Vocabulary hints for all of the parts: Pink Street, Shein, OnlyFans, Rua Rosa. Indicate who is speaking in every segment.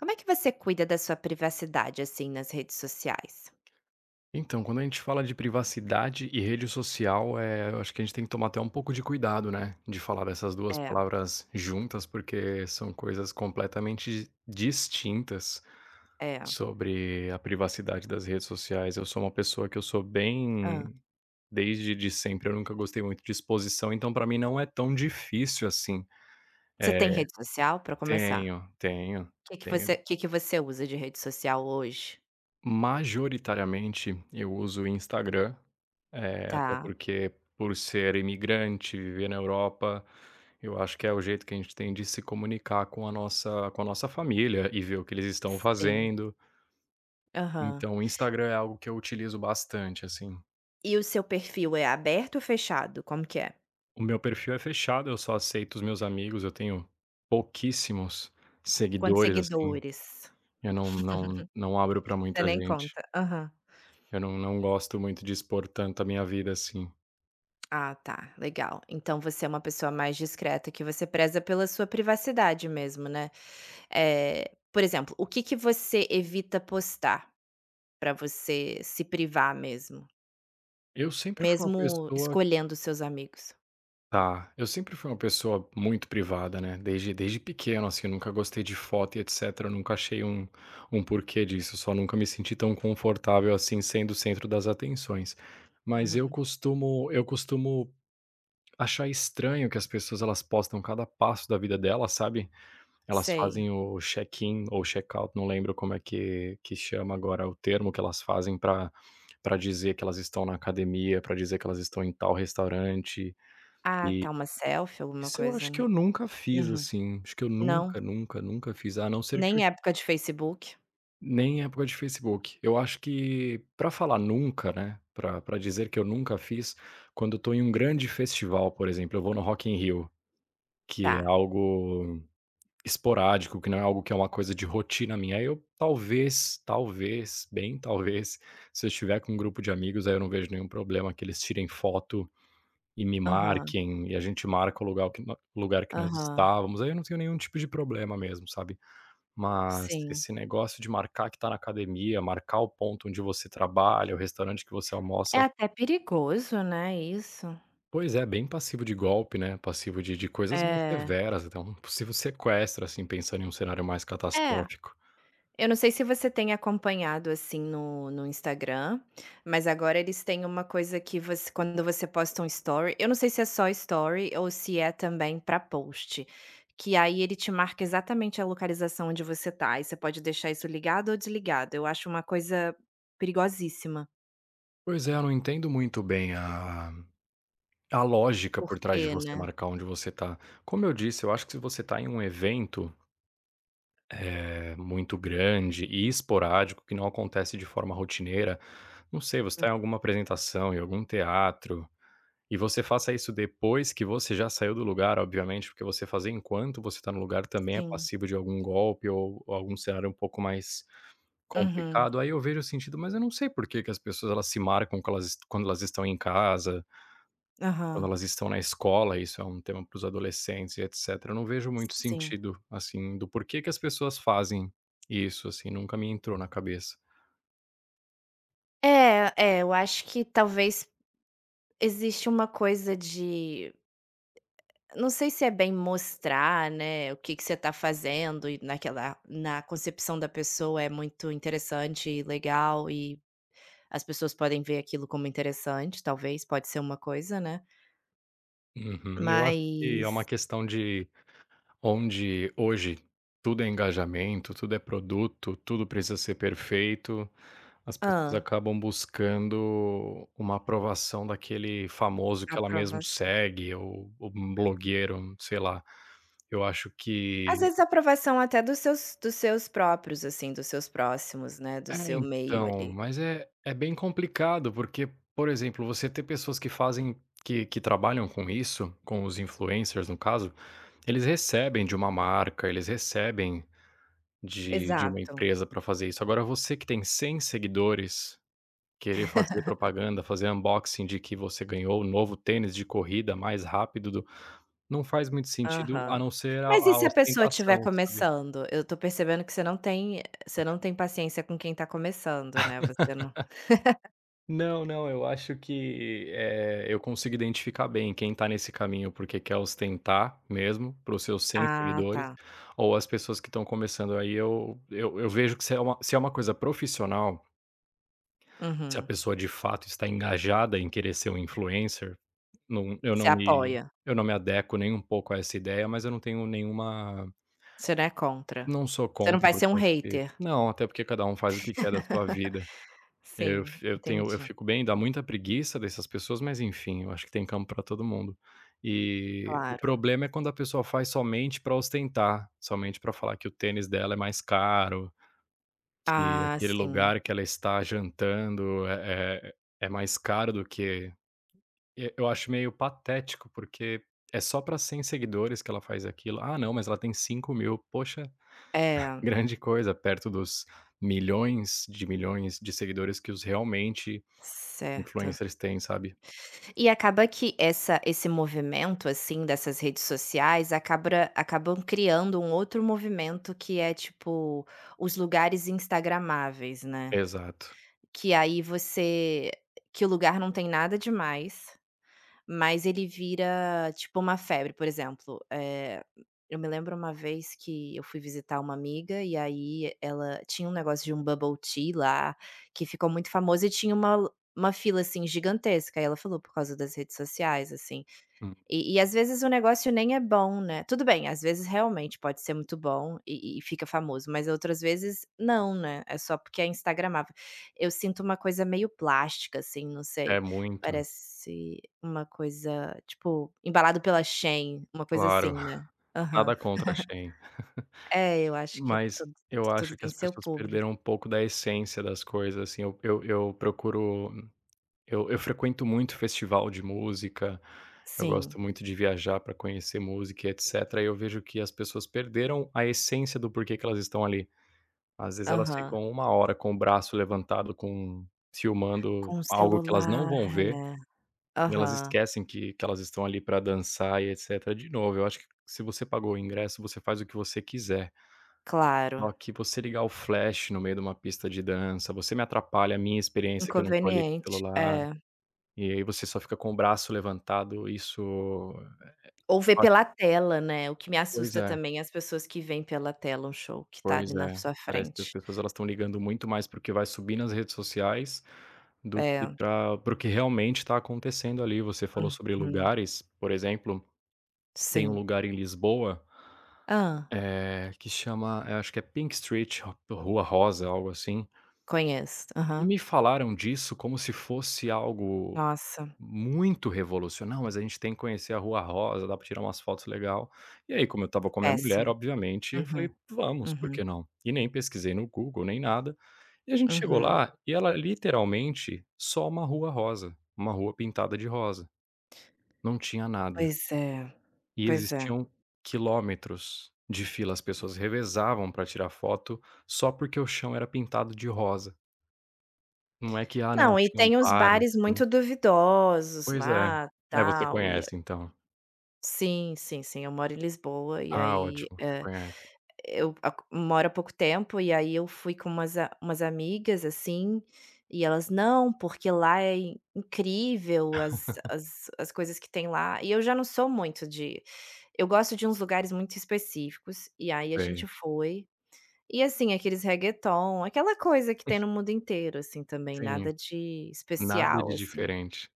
Speaker 1: Como é que você cuida da sua privacidade, assim, nas redes sociais?
Speaker 2: Então, quando a gente fala de privacidade e rede social, eu acho que a gente tem que tomar até um pouco de cuidado, né, de falar dessas duas
Speaker 1: É,
Speaker 2: palavras juntas, porque são coisas completamente distintas
Speaker 1: é.
Speaker 2: sobre a privacidade das redes sociais. Eu sou uma pessoa que eu sou
Speaker 1: Hã.
Speaker 2: bem desde de sempre, eu nunca gostei muito de exposição, então para mim não é tão difícil assim.
Speaker 1: Você
Speaker 2: É,
Speaker 1: tem rede social, pra começar?
Speaker 2: tenho, tenho,
Speaker 1: Que que
Speaker 2: tenho.
Speaker 1: você que que você usa de rede social hoje?
Speaker 2: Majoritariamente eu uso o Instagram, até
Speaker 1: Tá,
Speaker 2: porque por ser imigrante, viver na Europa, eu acho que é o jeito que a gente tem de se comunicar com a nossa família e ver o que eles estão
Speaker 1: sim.
Speaker 2: fazendo.
Speaker 1: Aham.
Speaker 2: Então o Instagram é algo que eu utilizo bastante, assim.
Speaker 1: E o seu perfil é aberto ou fechado? Como que é?
Speaker 2: O meu perfil é fechado, eu só aceito os meus amigos, eu tenho pouquíssimos
Speaker 1: Quantos
Speaker 2: seguidores, assim,
Speaker 1: seguidores?
Speaker 2: eu não abro para
Speaker 1: Você
Speaker 2: muita
Speaker 1: nem
Speaker 2: gente.
Speaker 1: conta. Aham.
Speaker 2: Eu não gosto muito de expor tanto a minha vida assim.
Speaker 1: Ah, tá, legal. Então você é uma pessoa mais discreta, que você preza pela sua privacidade mesmo, né. Por exemplo, o que que você evita postar? Pra você se privar mesmo,
Speaker 2: Eu sempre fui uma
Speaker 1: mesmo
Speaker 2: pessoa
Speaker 1: escolhendo seus amigos.
Speaker 2: tá, eu sempre fui uma pessoa muito privada, né, desde pequeno, assim, eu nunca gostei de foto e etcétera, eu nunca achei um porquê disso, só nunca me senti tão confortável, assim, sendo o centro das atenções. Mas eu
Speaker 1: Uhum,
Speaker 2: costumo eu costumo achar estranho que as pessoas elas postam cada passo da vida dela, sabe? Elas
Speaker 1: sei.
Speaker 2: fazem o check-in ou check-out, não lembro como é que chama agora o termo que elas fazem para dizer que elas estão na academia, para dizer que elas estão em tal restaurante.
Speaker 1: Ah,
Speaker 2: E
Speaker 1: tá, uma selfie, alguma
Speaker 2: isso eu
Speaker 1: coisa,
Speaker 2: acho que
Speaker 1: né.
Speaker 2: eu nunca fiz,
Speaker 1: Uhum.
Speaker 2: assim, acho que eu
Speaker 1: Não,
Speaker 2: nunca, nunca, nunca fiz, a não ser que
Speaker 1: nem
Speaker 2: eu,
Speaker 1: época de Facebook?
Speaker 2: nem em época de Facebook. Eu acho que para falar nunca, né, pra dizer que eu nunca fiz, quando eu tô em um grande festival, por exemplo, eu vou no Rock in Rio, que é
Speaker 1: Tá.
Speaker 2: algo esporádico, que não é algo que é uma coisa de rotina minha. Aí eu talvez, talvez, bem talvez, se eu estiver com um grupo de amigos, aí eu não vejo nenhum problema que eles tirem foto e me
Speaker 1: Aham,
Speaker 2: marquem, e a gente marca o lugar que, lugar que nós
Speaker 1: aham,
Speaker 2: estávamos. Aí eu não tenho nenhum tipo de problema mesmo, sabe? Mas
Speaker 1: sim.
Speaker 2: esse negócio de marcar que tá na academia, marcar o ponto onde você trabalha, o restaurante que você
Speaker 1: É
Speaker 2: almoça,
Speaker 1: até perigoso, né, isso.
Speaker 2: pois é, bem passivo de golpe, né? Passivo de coisas mais
Speaker 1: É,
Speaker 2: severas, então, um possível sequestro, assim, pensando em um cenário mais
Speaker 1: é.
Speaker 2: catastrófico.
Speaker 1: Eu não sei se você tem acompanhado, assim, no Instagram, mas agora eles têm uma coisa que você quando você posta um story, eu não sei se é só story ou se é também para post, que aí ele te marca exatamente a localização onde você tá, e você pode deixar isso ligado ou desligado. Eu acho uma coisa perigosíssima.
Speaker 2: Pois é, eu não entendo muito bem a lógica
Speaker 1: Por
Speaker 2: por trás
Speaker 1: quê,
Speaker 2: de você
Speaker 1: né?
Speaker 2: marcar onde você tá. Como eu disse, eu acho que se você tá em um evento, muito grande e esporádico, que não acontece de forma rotineira, não sei, você tá
Speaker 1: Hum,
Speaker 2: em alguma apresentação, em algum teatro, e você faça isso depois que você já saiu do lugar, obviamente, porque você fazer enquanto você tá no lugar também é
Speaker 1: sim.
Speaker 2: passível de algum golpe ou algum cenário um pouco mais
Speaker 1: Uhum.
Speaker 2: complicado, aí eu vejo o sentido, mas eu não sei por que que as pessoas elas se marcam que elas quando elas estão em casa, quando
Speaker 1: Aham.
Speaker 2: elas estão na escola, isso é um tema para os adolescentes e etcétera. Eu não vejo muito
Speaker 1: Sim.
Speaker 2: sentido, assim, do porquê que as pessoas fazem isso, assim, nunca me entrou na cabeça.
Speaker 1: É, é, eu acho que talvez existe uma coisa de não sei se é bem mostrar, né, o que que você tá fazendo, e naquela na concepção da pessoa é muito interessante e legal, e as pessoas podem ver aquilo como interessante, talvez, pode ser uma coisa, né.
Speaker 2: Uhum. Eu acho que é uma
Speaker 1: Mas
Speaker 2: questão de onde hoje tudo é engajamento, tudo é produto, tudo precisa ser perfeito, as pessoas
Speaker 1: hã?
Speaker 2: acabam buscando uma aprovação daquele famoso que ela mesmo
Speaker 1: Aprovação.
Speaker 2: segue ou um blogueiro, um, sei lá. Eu acho
Speaker 1: Às
Speaker 2: que
Speaker 1: vezes aprovação até dos seus próprios, assim, dos seus próximos, né, do
Speaker 2: é,
Speaker 1: seu meio
Speaker 2: então,
Speaker 1: ali.
Speaker 2: mas é bem complicado, porque, por exemplo, você ter pessoas que fazem que trabalham com isso, com os influencers no caso, eles recebem de uma marca, eles recebem de uma
Speaker 1: Exato.
Speaker 2: empresa para fazer isso. Agora você que tem 100 seguidores, querer fazer propaganda, fazer unboxing de que você ganhou o novo tênis de corrida mais rápido do não faz muito sentido, a
Speaker 1: Aham.
Speaker 2: não ser a
Speaker 1: Mas e
Speaker 2: a
Speaker 1: se a pessoa estiver
Speaker 2: ostentação, sabe.
Speaker 1: começando? Eu tô percebendo que você não tem paciência com quem tá começando, né, você não
Speaker 2: Não, não, eu acho que, eu consigo identificar bem quem tá nesse caminho, porque quer ostentar mesmo, para os seus 100
Speaker 1: Ah,
Speaker 2: seguidores,
Speaker 1: tá.
Speaker 2: ou as pessoas que estão começando. Aí eu vejo que se é uma coisa profissional, se a
Speaker 1: Uhum.
Speaker 2: pessoa de fato está engajada em querer ser um influencer. Não, eu não
Speaker 1: Você
Speaker 2: me
Speaker 1: apoia,
Speaker 2: eu não me adequo nem um pouco a essa ideia, mas eu não tenho nenhuma,
Speaker 1: você não é contra.
Speaker 2: não sou
Speaker 1: Você não
Speaker 2: contra,
Speaker 1: vai
Speaker 2: porque
Speaker 1: ser um
Speaker 2: eu acho que
Speaker 1: hater.
Speaker 2: não, até porque cada um faz o que quer da sua vida. Eu
Speaker 1: Sim,
Speaker 2: f eu tenho eu
Speaker 1: entendi.
Speaker 2: fico bem, dá muita preguiça dessas pessoas, mas enfim, eu acho que tem campo para todo mundo. E o
Speaker 1: Claro.
Speaker 2: problema é quando a pessoa faz somente para ostentar, somente para falar que o tênis dela é mais caro, que
Speaker 1: Ah,
Speaker 2: aquele
Speaker 1: sim.
Speaker 2: lugar que ela está jantando é mais caro do que. E eu acho meio patético, porque é só pra 100 seguidores que ela faz aquilo. "Ah, não, mas ela tem 5.000. Poxa,
Speaker 1: É,
Speaker 2: grande coisa, perto dos milhões de seguidores que os realmente
Speaker 1: certo.
Speaker 2: influencers têm, sabe?"
Speaker 1: E acaba que essa esse movimento, assim, dessas redes sociais acabam criando um outro movimento que é, tipo, os lugares instagramáveis, né.
Speaker 2: Exato.
Speaker 1: Que aí você que o lugar não tem nada demais, mas ele vira, tipo, uma febre, por exemplo, eu me lembro uma vez que eu fui visitar uma amiga e aí ela tinha um negócio de um bubble tea lá, que ficou muito famoso e tinha uma fila, assim, gigantesca. Aí ela falou por causa das redes sociais, assim.
Speaker 2: Hum,
Speaker 1: E às vezes o negócio nem é bom, né. Tudo bem, às vezes realmente pode ser muito bom e fica famoso, mas outras vezes não, né, é só porque é instagramável. Eu sinto uma coisa meio plástica, assim, não
Speaker 2: É
Speaker 1: sei,
Speaker 2: muito,
Speaker 1: parece uma coisa, tipo, embalado pela Shein, uma coisa
Speaker 2: claro.
Speaker 1: assim, né.
Speaker 2: Nada
Speaker 1: Aham.
Speaker 2: contra a Shein,
Speaker 1: É, eu acho que
Speaker 2: mas
Speaker 1: tudo
Speaker 2: eu
Speaker 1: tudo
Speaker 2: acho que
Speaker 1: tem
Speaker 2: as
Speaker 1: seu
Speaker 2: pessoas perderam
Speaker 1: público.
Speaker 2: um pouco da essência das coisas, assim. Eu procuro eu frequento muito festival de música, eu
Speaker 1: Sim,
Speaker 2: gosto muito de viajar para conhecer música e etcétera, e eu vejo que as pessoas perderam a essência do porquê que elas estão ali. Às vezes elas
Speaker 1: aham.
Speaker 2: ficam uma hora com o braço levantado com filmando
Speaker 1: Com o
Speaker 2: algo que elas não vão
Speaker 1: celular,
Speaker 2: ver,
Speaker 1: né.
Speaker 2: e elas
Speaker 1: Aham,
Speaker 2: esquecem que elas estão ali para dançar e etcétera. De novo, eu acho que se você pagou o ingresso, você faz o que você quiser.
Speaker 1: claro.
Speaker 2: Só que você ligar o flash no meio de uma pista de dança, você me atrapalha a minha experiência que eu não tô ali com o
Speaker 1: Inconveniente,
Speaker 2: celular.
Speaker 1: é.
Speaker 2: E aí você só fica com o braço levantado, isso.
Speaker 1: Ou ver
Speaker 2: Ah,
Speaker 1: pela tela, né, o que me
Speaker 2: pois
Speaker 1: assusta
Speaker 2: é,
Speaker 1: também é as pessoas que veem pela tela um show que tá ali
Speaker 2: pois
Speaker 1: na
Speaker 2: é.
Speaker 1: sua
Speaker 2: Parece que as
Speaker 1: frente.
Speaker 2: pessoas elas estão ligando muito mais para o que vai subir nas redes sociais, do que
Speaker 1: É,
Speaker 2: para o que realmente está acontecendo ali. Você falou sobre
Speaker 1: uhum,
Speaker 2: lugares, por exemplo, tem um
Speaker 1: sim.
Speaker 2: lugar em Lisboa,
Speaker 1: Ah,
Speaker 2: que chama, acho que é Pink Street, Rua Rosa, algo assim,
Speaker 1: conheço,
Speaker 2: e
Speaker 1: aham.
Speaker 2: me falaram disso como se fosse algo
Speaker 1: Nossa,
Speaker 2: muito revolucionário: "Mas a gente tem que conhecer a Rua Rosa, dá pra tirar umas fotos legal". E aí, como eu estava com a minha mulher,
Speaker 1: péssimo.
Speaker 2: obviamente, eu falei:
Speaker 1: Uhum,
Speaker 2: "Vamos, por
Speaker 1: uhum,
Speaker 2: que não?". E nem pesquisei no Google, nem nada. E a gente chegou
Speaker 1: uhum.
Speaker 2: lá e ela literalmente só uma rua rosa, uma rua pintada de rosa. Não tinha nada.
Speaker 1: Pois é,
Speaker 2: E
Speaker 1: pois é.
Speaker 2: existiam quilômetros de fila, as pessoas revezavam pra tirar foto só porque o chão era pintado de rosa. Não é que, ah, não,
Speaker 1: Não, e
Speaker 2: tinha um
Speaker 1: tem uns
Speaker 2: bar,
Speaker 1: bares
Speaker 2: assim.
Speaker 1: muito duvidosos
Speaker 2: Pois é.
Speaker 1: lá,
Speaker 2: Aí você
Speaker 1: tal e
Speaker 2: conhece então.
Speaker 1: sim, sim, sim, eu moro em Lisboa e
Speaker 2: Ah,
Speaker 1: aí,
Speaker 2: ótimo, você conhece,
Speaker 1: eu a moro há pouco tempo e aí eu fui com umas a umas amigas, assim, e elas: "Não, porque lá é incrível as coisas que tem lá", e eu já não sou muito de eu gosto de uns lugares muito específicos, e aí a gente
Speaker 2: sei.
Speaker 1: foi, e assim, aqueles reggaeton, aquela coisa que tem no mundo inteiro, assim, também,
Speaker 2: Sim,
Speaker 1: nada de
Speaker 2: nada
Speaker 1: especial,
Speaker 2: de
Speaker 1: assim.
Speaker 2: diferente,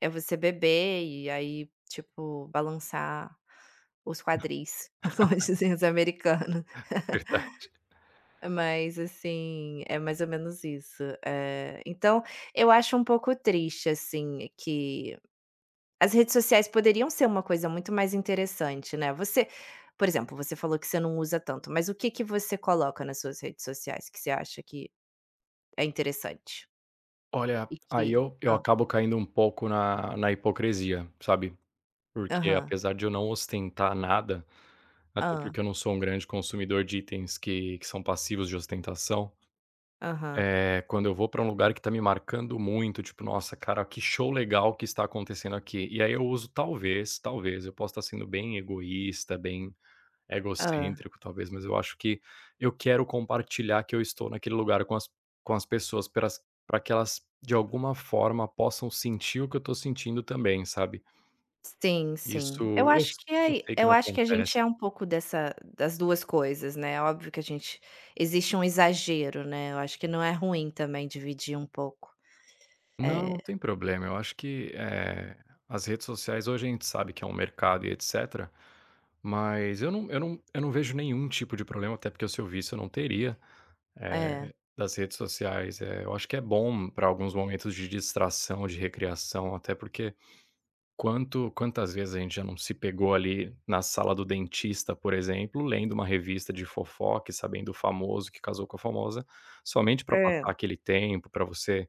Speaker 1: É você beber e aí, tipo, balançar os quadris, como dizem os americanos.
Speaker 2: verdade.
Speaker 1: Mas, assim, é mais ou menos isso. Então, eu acho um pouco triste, assim, que as redes sociais poderiam ser uma coisa muito mais interessante, né. Você por exemplo, você falou que você não usa tanto, mas o que que você coloca nas suas redes sociais que você acha que é interessante?
Speaker 2: Olha,
Speaker 1: E que
Speaker 2: aí eu
Speaker 1: Ah,
Speaker 2: acabo caindo um pouco na hipocrisia, sabe, porque
Speaker 1: Aham.
Speaker 2: apesar de eu não ostentar nada, até
Speaker 1: ah,
Speaker 2: porque eu não sou um grande consumidor de itens que são passivos de ostentação,
Speaker 1: Aham.
Speaker 2: é quando eu vou pra um lugar que tá me marcando muito, tipo: "Nossa, cara, que show legal que está acontecendo aqui", e aí eu uso talvez, talvez, eu posso estar sendo bem egoísta, bem
Speaker 1: Hã.
Speaker 2: egocêntrico talvez, mas eu acho que eu quero compartilhar que eu estou naquele lugar com as pessoas para pra que elas, de alguma forma, possam sentir o que eu estou sentindo também, sabe.
Speaker 1: Sim,
Speaker 2: Isso
Speaker 1: sim.
Speaker 2: eu
Speaker 1: Eu acho que
Speaker 2: eu
Speaker 1: é
Speaker 2: sei que
Speaker 1: eu
Speaker 2: não
Speaker 1: acho que a
Speaker 2: acontece.
Speaker 1: gente é um pouco dessa das 2 coisas, né, é óbvio que a gente existe um exagero, né, eu acho que não é ruim também dividir um pouco.
Speaker 2: Não,
Speaker 1: É,
Speaker 2: não tem problema. Eu acho que, as redes sociais hoje a gente sabe que é um mercado e etcétera, mas eu não vejo nenhum tipo de problema, até porque se eu visse eu não teria. Eh
Speaker 1: é.
Speaker 2: Das redes sociais, é eu acho que é bom para alguns momentos de distração, de recreação, até porque quanto quantas vezes a gente já não se pegou ali na sala do dentista, por exemplo, lendo uma revista de fofoca e sabendo o famoso que casou com a famosa, somente para passar
Speaker 1: É.
Speaker 2: aquele tempo, para você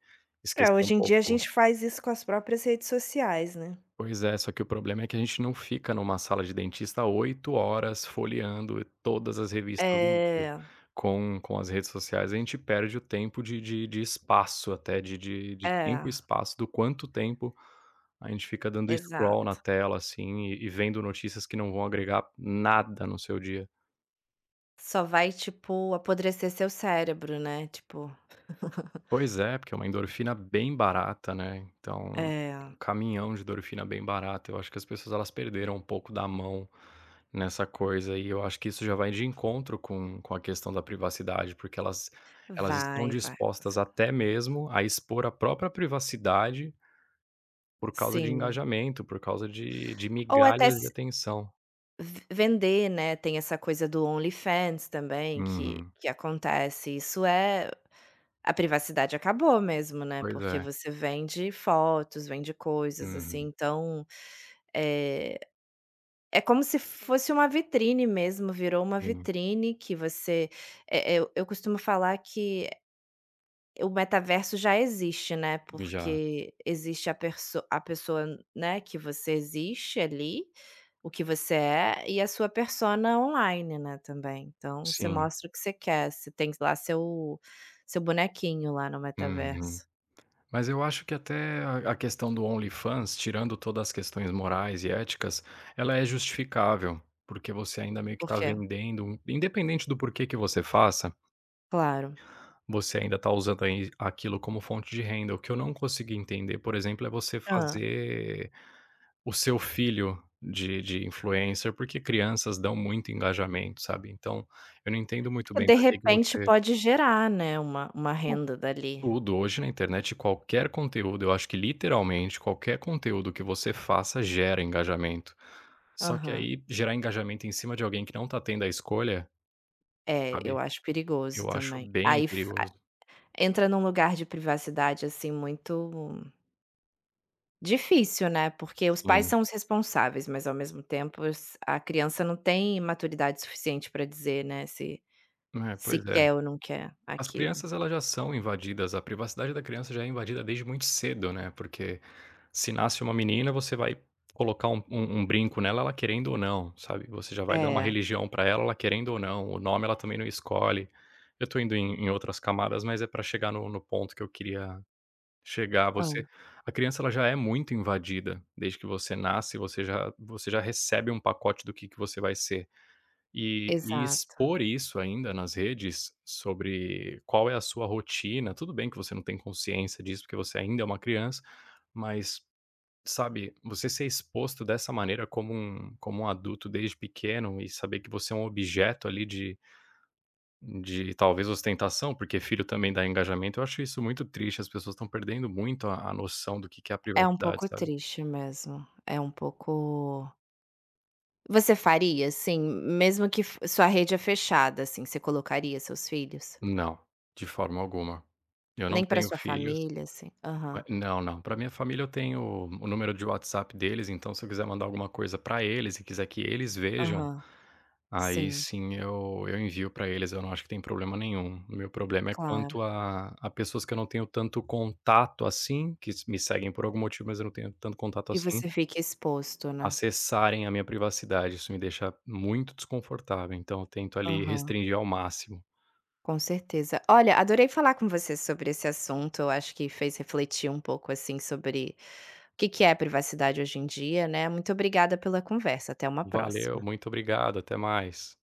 Speaker 1: É,
Speaker 2: esquecer um
Speaker 1: hoje em dia a
Speaker 2: pouco.
Speaker 1: gente faz isso com as próprias redes sociais, né.
Speaker 2: Pois é, só que o problema é que a gente não fica numa sala de dentista 8 horas folheando todas as revistas do mundo.
Speaker 1: É,
Speaker 2: Com as redes sociais, a gente perde o tempo de de espaço até, de de tempo e
Speaker 1: é,
Speaker 2: espaço, do quanto tempo a gente fica dando scroll na
Speaker 1: exato.
Speaker 2: tela, assim, e vendo notícias que não vão agregar nada no seu dia.
Speaker 1: Só vai, tipo, apodrecer seu cérebro, né, tipo
Speaker 2: Pois é, porque é uma endorfina bem barata, né, então é
Speaker 1: é,
Speaker 2: um caminhão de endorfina bem barata. Eu acho que as pessoas elas perderam um pouco da mão nessa coisa e eu acho que isso já vai de encontro com a questão da privacidade, porque elas estão
Speaker 1: vai, vai.
Speaker 2: dispostas até mesmo a expor a própria privacidade por causa de
Speaker 1: Sim.
Speaker 2: engajamento, por causa de
Speaker 1: Ou até
Speaker 2: migalhas de atenção.
Speaker 1: V vender, né, tem essa coisa do OnlyFans também
Speaker 2: Uhum.
Speaker 1: que acontece. Isso é a privacidade acabou mesmo, né,
Speaker 2: Pois
Speaker 1: porque
Speaker 2: é.
Speaker 1: você vende fotos, vende coisas, assim,
Speaker 2: Uhum.
Speaker 1: então, é é como se fosse uma vitrine mesmo, virou uma
Speaker 2: Sim.
Speaker 1: vitrine que você eu costumo falar que o metaverso já existe, né,
Speaker 2: Já.
Speaker 1: porque existe a perso a pessoa, né, que você existe ali, o que você é, e a sua persona online, né, também. Então você
Speaker 2: Sim.
Speaker 1: mostra o que você quer, você tem lá seu seu bonequinho lá no
Speaker 2: Uhum.
Speaker 1: metaverso.
Speaker 2: Mas eu acho que até a questão do OnlyFans, tirando todas as questões morais e éticas, ela é justificável, porque você ainda meio que
Speaker 1: Por
Speaker 2: está
Speaker 1: quê?
Speaker 2: vendendo um independente do porquê que você faça,
Speaker 1: Claro.
Speaker 2: você ainda está usando aí aquilo como fonte de renda. O que eu não consegui entender, por exemplo, é você
Speaker 1: Hã.
Speaker 2: fazer o seu filho de influencer, porque crianças dão muito engajamento, sabe. Então, eu não entendo muito
Speaker 1: Porque
Speaker 2: bem
Speaker 1: de
Speaker 2: para que que
Speaker 1: repente
Speaker 2: você.
Speaker 1: pode gerar, né, uma renda dali.
Speaker 2: Tudo. Hoje na internet, qualquer conteúdo, eu acho que literalmente qualquer conteúdo que você faça gera engajamento. Só que
Speaker 1: Aham.
Speaker 2: aí gerar engajamento em cima de alguém que não tá tendo a escolha,
Speaker 1: É,
Speaker 2: sabe,
Speaker 1: eu acho perigoso
Speaker 2: eu acho
Speaker 1: também.
Speaker 2: bem
Speaker 1: Aí f a
Speaker 2: perigoso.
Speaker 1: entra num lugar de privacidade, assim, muito difícil, né, porque os pais
Speaker 2: Sim.
Speaker 1: são os responsáveis, mas ao mesmo tempo s a criança não tem maturidade suficiente para dizer, né, se
Speaker 2: É,
Speaker 1: se
Speaker 2: pois é.
Speaker 1: quer ou não quer
Speaker 2: As
Speaker 1: aquilo.
Speaker 2: crianças elas já são invadidas, a privacidade da criança já é invadida desde muito cedo, né, porque se nasce uma menina, você vai colocar um brinco nela, ela querendo ou não, sabe. Você já vai dar uma
Speaker 1: É,
Speaker 2: religião pra ela, ela querendo ou não. O nome ela também não escolhe. Eu tô indo em outras camadas, mas é pra chegar no ponto que eu queria chegar.
Speaker 1: hã,
Speaker 2: Você a criança ela já é muito invadida, desde que você nasce, você já recebe um pacote do que você vai ser. E
Speaker 1: exato.
Speaker 2: expor isso ainda nas redes, sobre qual é a sua rotina, tudo bem que você não tem consciência disso, porque você ainda é uma criança, mas sabe, você ser exposto dessa maneira como um adulto desde pequeno e saber que você é um objeto ali de talvez ostentação, porque filho também dá engajamento, eu acho isso muito triste, as pessoas estão perdendo muito a noção do que é a
Speaker 1: É um
Speaker 2: privacidade,
Speaker 1: pouco
Speaker 2: sabe.
Speaker 1: triste mesmo, é um pouco você faria, assim, mesmo que f sua rede é fechada, assim, você colocaria seus filhos?
Speaker 2: Não, de forma alguma. Eu não
Speaker 1: Nem para
Speaker 2: tenho
Speaker 1: sua
Speaker 2: filhos.
Speaker 1: família, assim?
Speaker 2: Ma
Speaker 1: Aham,
Speaker 2: Não, não. Para minha família eu tenho o número de WhatsApp deles, então se eu quiser mandar alguma coisa para eles e quiser que eles vejam,
Speaker 1: aham,
Speaker 2: aí
Speaker 1: sim,
Speaker 2: sim eu envio pra eles, eu não acho que tem problema nenhum. O meu problema é
Speaker 1: claro.
Speaker 2: quanto a pessoas que eu não tenho tanto contato assim, que s me seguem por algum motivo, mas eu não tenho tanto contato
Speaker 1: E
Speaker 2: assim,
Speaker 1: você fica exposto, né?
Speaker 2: acessarem a minha privacidade, isso me deixa muito desconfortável, então eu tento ali
Speaker 1: Aham.
Speaker 2: restringir ao máximo.
Speaker 1: Com certeza. Olha, adorei falar com você sobre esse assunto. Eu acho que fez refletir um pouco assim sobre o que que é privacidade hoje em dia, né? Muito obrigada pela conversa. Até uma
Speaker 2: Valeu,
Speaker 1: próxima.
Speaker 2: muito obrigado, até mais.